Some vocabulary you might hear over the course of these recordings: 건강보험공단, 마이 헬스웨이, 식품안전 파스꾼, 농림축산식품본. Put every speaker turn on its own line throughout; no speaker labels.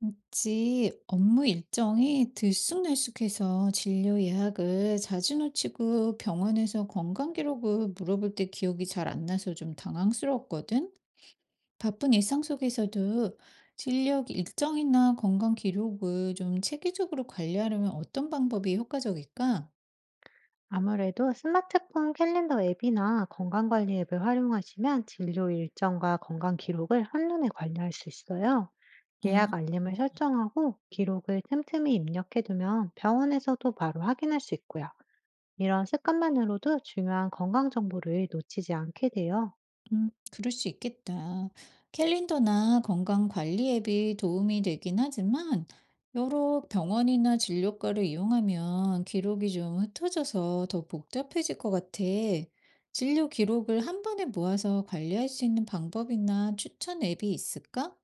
있지. 업무 일정이 들쑥날쑥해서 진료 예약을 자주 놓치고 병원에서 건강 기록을 물어볼 때 기억이 잘 안 나서 좀 당황스러웠거든. 바쁜 일상 속에서도 진료 일정이나 건강 기록을 좀 체계적으로 관리하려면 어떤 방법이 효과적일까?
아무래도 스마트폰 캘린더 앱이나 건강관리 앱을 활용하시면 진료 일정과 건강 기록을 한눈에 관리할 수 있어요.
아.
예약 알림을 설정하고 기록을 틈틈이 입력해두면 병원에서도 바로 확인할 수 있고요. 이런 습관만으로도 중요한 건강 정보를 놓치지 않게 돼요.
그럴 수 있겠다. 캘린더나 건강 관리 앱이 도움이 되긴 하지만, 여러 병원이나 진료과를 이용하면 기록이 좀 흩어져서 더 복잡해질 것 같아. 진료 기록을 한 번에 모아서 관리할 수 있는 방법이나 추천 앱이 있을까?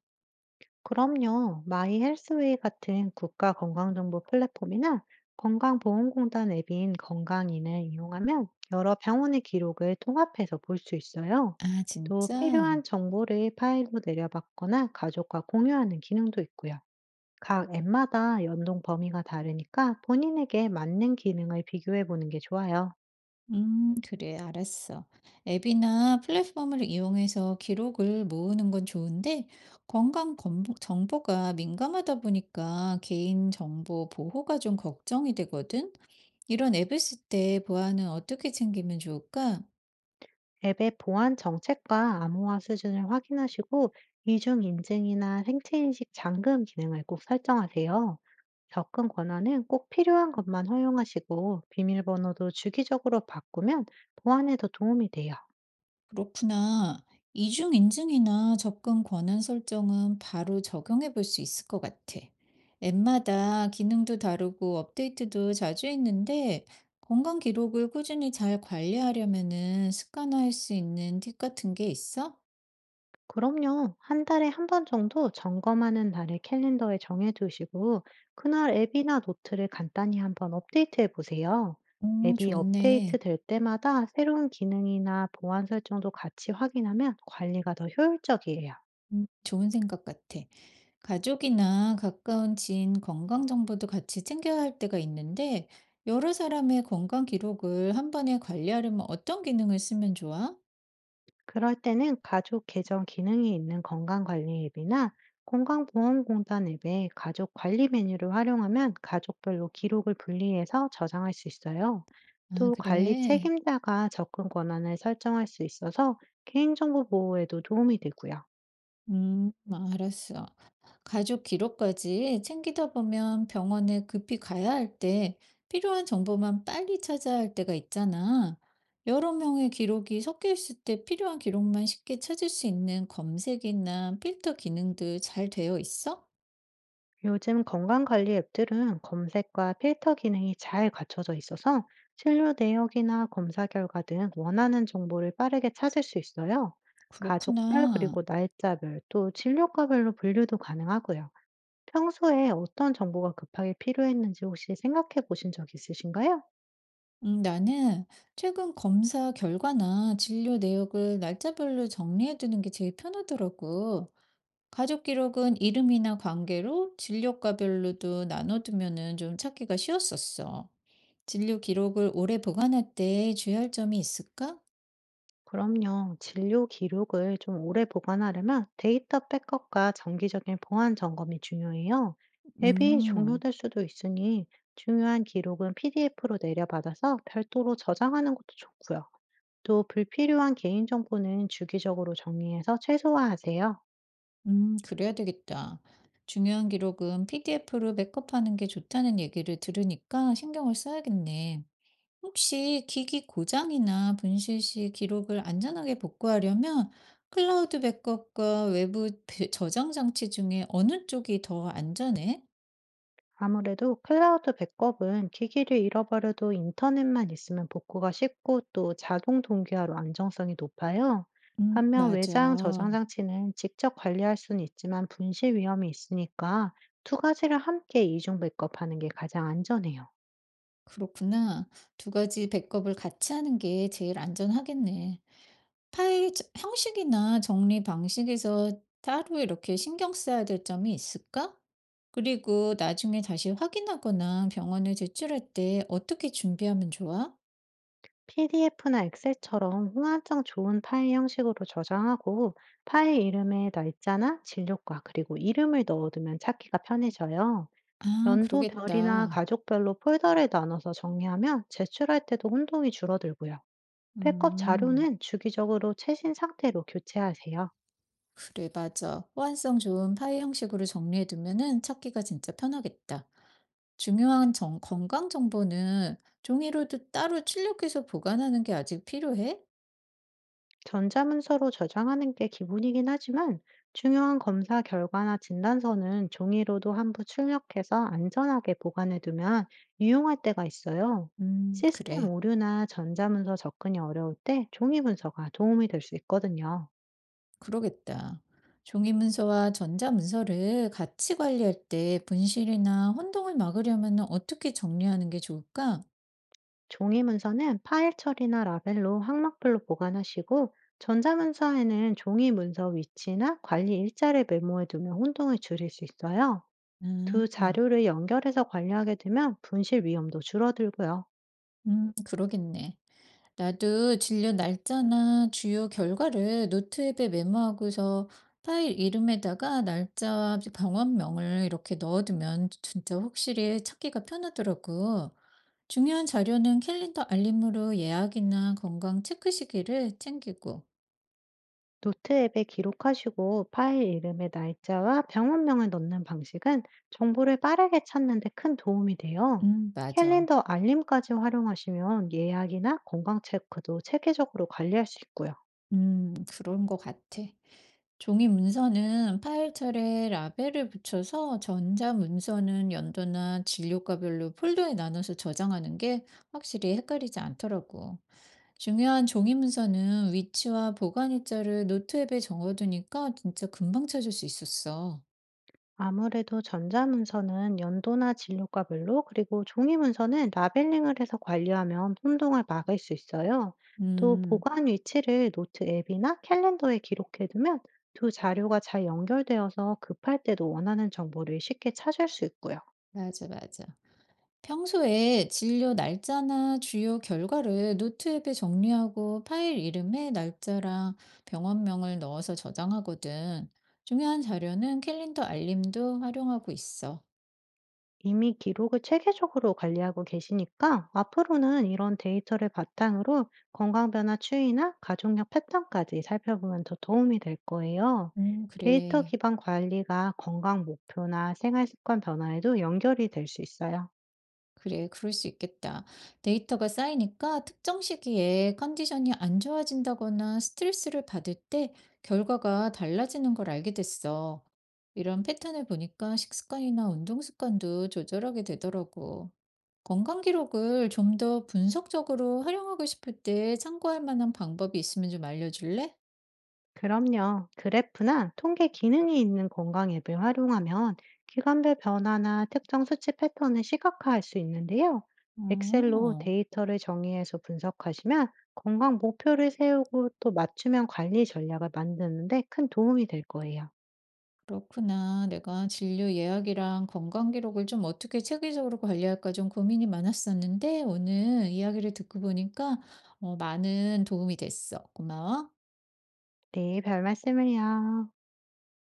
그럼요. 마이 헬스웨이 같은 국가 건강정보 플랫폼이나 건강보험공단 앱인 건강인을 이용하면 여러 병원의 기록을 통합해서 볼 수 있어요.
아,
또
진짜?
필요한 정보를 파일로 내려받거나 가족과 공유하는 기능도 있고요. 각 앱마다 연동 범위가 다르니까 본인에게 맞는 기능을 비교해 보는 게 좋아요.
그래, 알았어. 앱이나 플랫폼을 이용해서 기록을 모으는 건 좋은데, 건강 정보가 민감하다 보니까 개인정보 보호가 좀 걱정이 되거든? 이런 앱을 쓸 때 보안은 어떻게 챙기면 좋을까?
앱의 보안 정책과 암호화 수준을 확인하시고 이중 인증이나 생체 인식 잠금 기능을 꼭 설정하세요. 접근 권한은 꼭 필요한 것만 허용하시고, 비밀번호도 주기적으로 바꾸면 보안에 더 도움이 돼요.
그렇구나. 이중 인증이나 접근 권한 설정은 바로 적용해 볼 수 있을 것 같아. 앱마다 기능도 다르고 업데이트도 자주 있는데 건강 기록을 꾸준히 잘 관리하려면은 습관화할 수 있는 팁 같은 게 있어?
그럼요. 한 달에 한 번 정도 점검하는 날을 캘린더에 정해두시고, 그날 앱이나 노트를 간단히 한번 업데이트해 보세요.
오,
앱이 업데이트
좋네.
될 때마다 새로운 기능이나 보안 설정도 같이 확인하면 관리가 더 효율적이에요.
좋은 생각 같아. 가족이나 가까운 지인 건강 정보도 같이 챙겨야 할 때가 있는데 여러 사람의 건강 기록을 한 번에 관리하려면 어떤 기능을 쓰면 좋아?
그럴 때는 가족 계정 기능이 있는 건강관리 앱이나 건강보험공단 앱의 가족 관리 메뉴를 활용하면 가족별로 기록을 분리해서 저장할 수 있어요.
아,
또 관리
그래?
책임자가 접근 권한을 설정할 수 있어서 개인정보 보호에도 도움이 되고요.
알았어. 가족 기록까지 챙기다 보면 병원에 급히 가야 할 때 필요한 정보만 빨리 찾아야 할 때가 있잖아. 여러 명의 기록이 섞여 있을 때 필요한 기록만 쉽게 찾을 수 있는 검색이나 필터 기능도 잘 되어 있어?
요즘 건강관리 앱들은 검색과 필터 기능이 잘 갖춰져 있어서 진료 내역이나 검사 결과 등 원하는 정보를 빠르게 찾을 수 있어요. 가족별,
그렇구나.
그리고 날짜별, 또 진료과별로 분류도 가능하고요. 평소에 어떤 정보가 급하게 필요했는지 혹시 생각해 보신 적 있으신가요?
나는 최근 검사 결과나 진료 내역을 날짜별로 정리해두는 게 제일 편하더라고. 가족 기록은 이름이나 관계로 진료과별로도 나눠두면은 좀 찾기가 쉬웠었어. 진료 기록을 오래 보관할 때 주의할 점이 있을까?
그럼요. 진료 기록을 좀 오래 보관하려면 데이터 백업과 정기적인 보안 점검이 중요해요. 앱이
음.
종료될 수도 있으니 중요한 기록은 PDF로 내려받아서 별도로 저장하는 것도 좋고요. 또 불필요한 개인정보는 주기적으로 정리해서 최소화하세요.
그래야 되겠다. 중요한 기록은 PDF로 백업하는 게 좋다는 얘기를 들으니까 신경을 써야겠네. 혹시 기기 고장이나 분실 시 기록을 안전하게 복구하려면 클라우드 백업과 외부 저장 장치 중에 어느 쪽이 더 안전해?
아무래도 클라우드 백업은 기기를 잃어버려도 인터넷만 있으면 복구가 쉽고, 또 자동 동기화로 안정성이 높아요.
음,
반면 외장 저장
맞아.
장치는 직접 관리할 수는 있지만 분실 위험이 있으니까, 두 가지를 함께 이중 백업하는 게 가장 안전해요.
그렇구나. 두 가지 백업을 같이 하는 게 제일 안전하겠네. 파일 저 형식이나 정리 방식에서 따로 이렇게 신경 써야 될 점이 있을까? 그리고 나중에 다시 확인하거나 병원에 제출할 때 어떻게 준비하면 좋아?
PDF나 엑셀처럼 호환성 좋은 파일 형식으로 저장하고, 파일 이름에 날짜나 진료과 그리고 이름을 넣어두면 찾기가 편해져요.
아,
연도별이나
그러겠다.
가족별로 폴더를 나눠서 정리하면 제출할 때도 혼동이 줄어들고요. 백업
음.
자료는 주기적으로 최신 상태로 교체하세요.
그래, 맞아. 호환성 좋은 파일 형식으로 정리해 두면은 찾기가 진짜 편하겠다. 중요한 건강 정보는 종이로도 따로 출력해서 보관하는 게 아직 필요해?
전자문서로 저장하는 게 기본이긴 하지만, 중요한 검사 결과나 진단서는 종이로도 한부 출력해서 안전하게 보관해두면 유용할 때가 있어요. 시스템
그래.
오류나 전자문서 접근이 어려울 때 종이 문서가 도움이 될 수 있거든요.
그러겠다. 종이 문서와 전자 문서를 같이 관리할 때 분실이나 혼동을 막으려면 어떻게 정리하는 게 좋을까?
종이 문서는 파일 처리나 라벨로 항목별로 보관하시고, 전자문서에는 종이 문서 위치나 관리 일자를 메모해 두면 혼동을 줄일 수 있어요. 두
아.
자료를 연결해서 관리하게 되면 분실 위험도 줄어들고요.
그러겠네. 나도 진료 날짜나 주요 결과를 노트 앱에 메모하고서 파일 이름에다가 날짜와 병원명을 이렇게 넣어두면 진짜 확실히 찾기가 편하더라고. 중요한 자료는 캘린더 알림으로 예약이나 건강 체크 시기를 챙기고.
노트 앱에 기록하시고 파일 이름의 날짜와 병원명을 넣는 방식은 정보를 빠르게 찾는 데 큰 도움이 돼요.
맞아.
캘린더 알림까지 활용하시면 예약이나 건강 체크도 체계적으로 관리할 수 있고요.
그런 것 같아. 종이 문서는 파일철에 라벨을 붙여서 전자 문서는 연도나 진료과별로 폴더에 나눠서 저장하는 게 확실히 헷갈리지 않더라고. 중요한 종이 문서는 위치와 보관 일자를 노트 앱에 적어두니까 진짜 금방 찾을 수 있었어.
아무래도 전자문서는 연도나 진료과별로, 그리고 종이문서는 라벨링을 해서 관리하면 혼동을 막을 수 있어요. 또
음.
보관 위치를 노트 앱이나 캘린더에 기록해두면 두 자료가 잘 연결되어서 급할 때도 원하는 정보를 쉽게 찾을 수 있고요.
맞아, 맞아. 평소에 진료 날짜나 주요 결과를 노트 앱에 정리하고 파일 이름에 날짜랑 병원명을 넣어서 저장하거든. 중요한 자료는 캘린더 알림도 활용하고 있어.
이미 기록을 체계적으로 관리하고 계시니까 앞으로는 이런 데이터를 바탕으로 건강 변화 추이나 가족력 패턴까지 살펴보면 더 도움이 될 거예요. 데이터
그래.
기반 관리가 건강 목표나 생활 습관 변화에도 연결이 될 수 있어요.
그래, 그럴 수 있겠다. 데이터가 쌓이니까 특정 시기에 컨디션이 안 좋아진다거나 스트레스를 받을 때 결과가 달라지는 걸 알게 됐어. 이런 패턴을 보니까 식습관이나 운동 습관도 조절하게 되더라고. 건강 기록을 좀 더 분석적으로 활용하고 싶을 때 참고할 만한 방법이 있으면 좀 알려줄래?
그럼요. 그래프나 통계 기능이 있는 건강 앱을 활용하면 기간별 변화나 특정 수치 패턴을 시각화할 수 있는데요. 엑셀로
어,
데이터를 정의해서 분석하시면 건강 목표를 세우고 또 맞춤형 관리 전략을 만드는데 큰 도움이 될 거예요.
그렇구나. 내가 진료 예약이랑 건강 기록을 좀 어떻게 체계적으로 관리할까 좀 고민이 많았었는데 오늘 이야기를 듣고 보니까 많은 도움이 됐어. 고마워.
네, 별 말씀을요.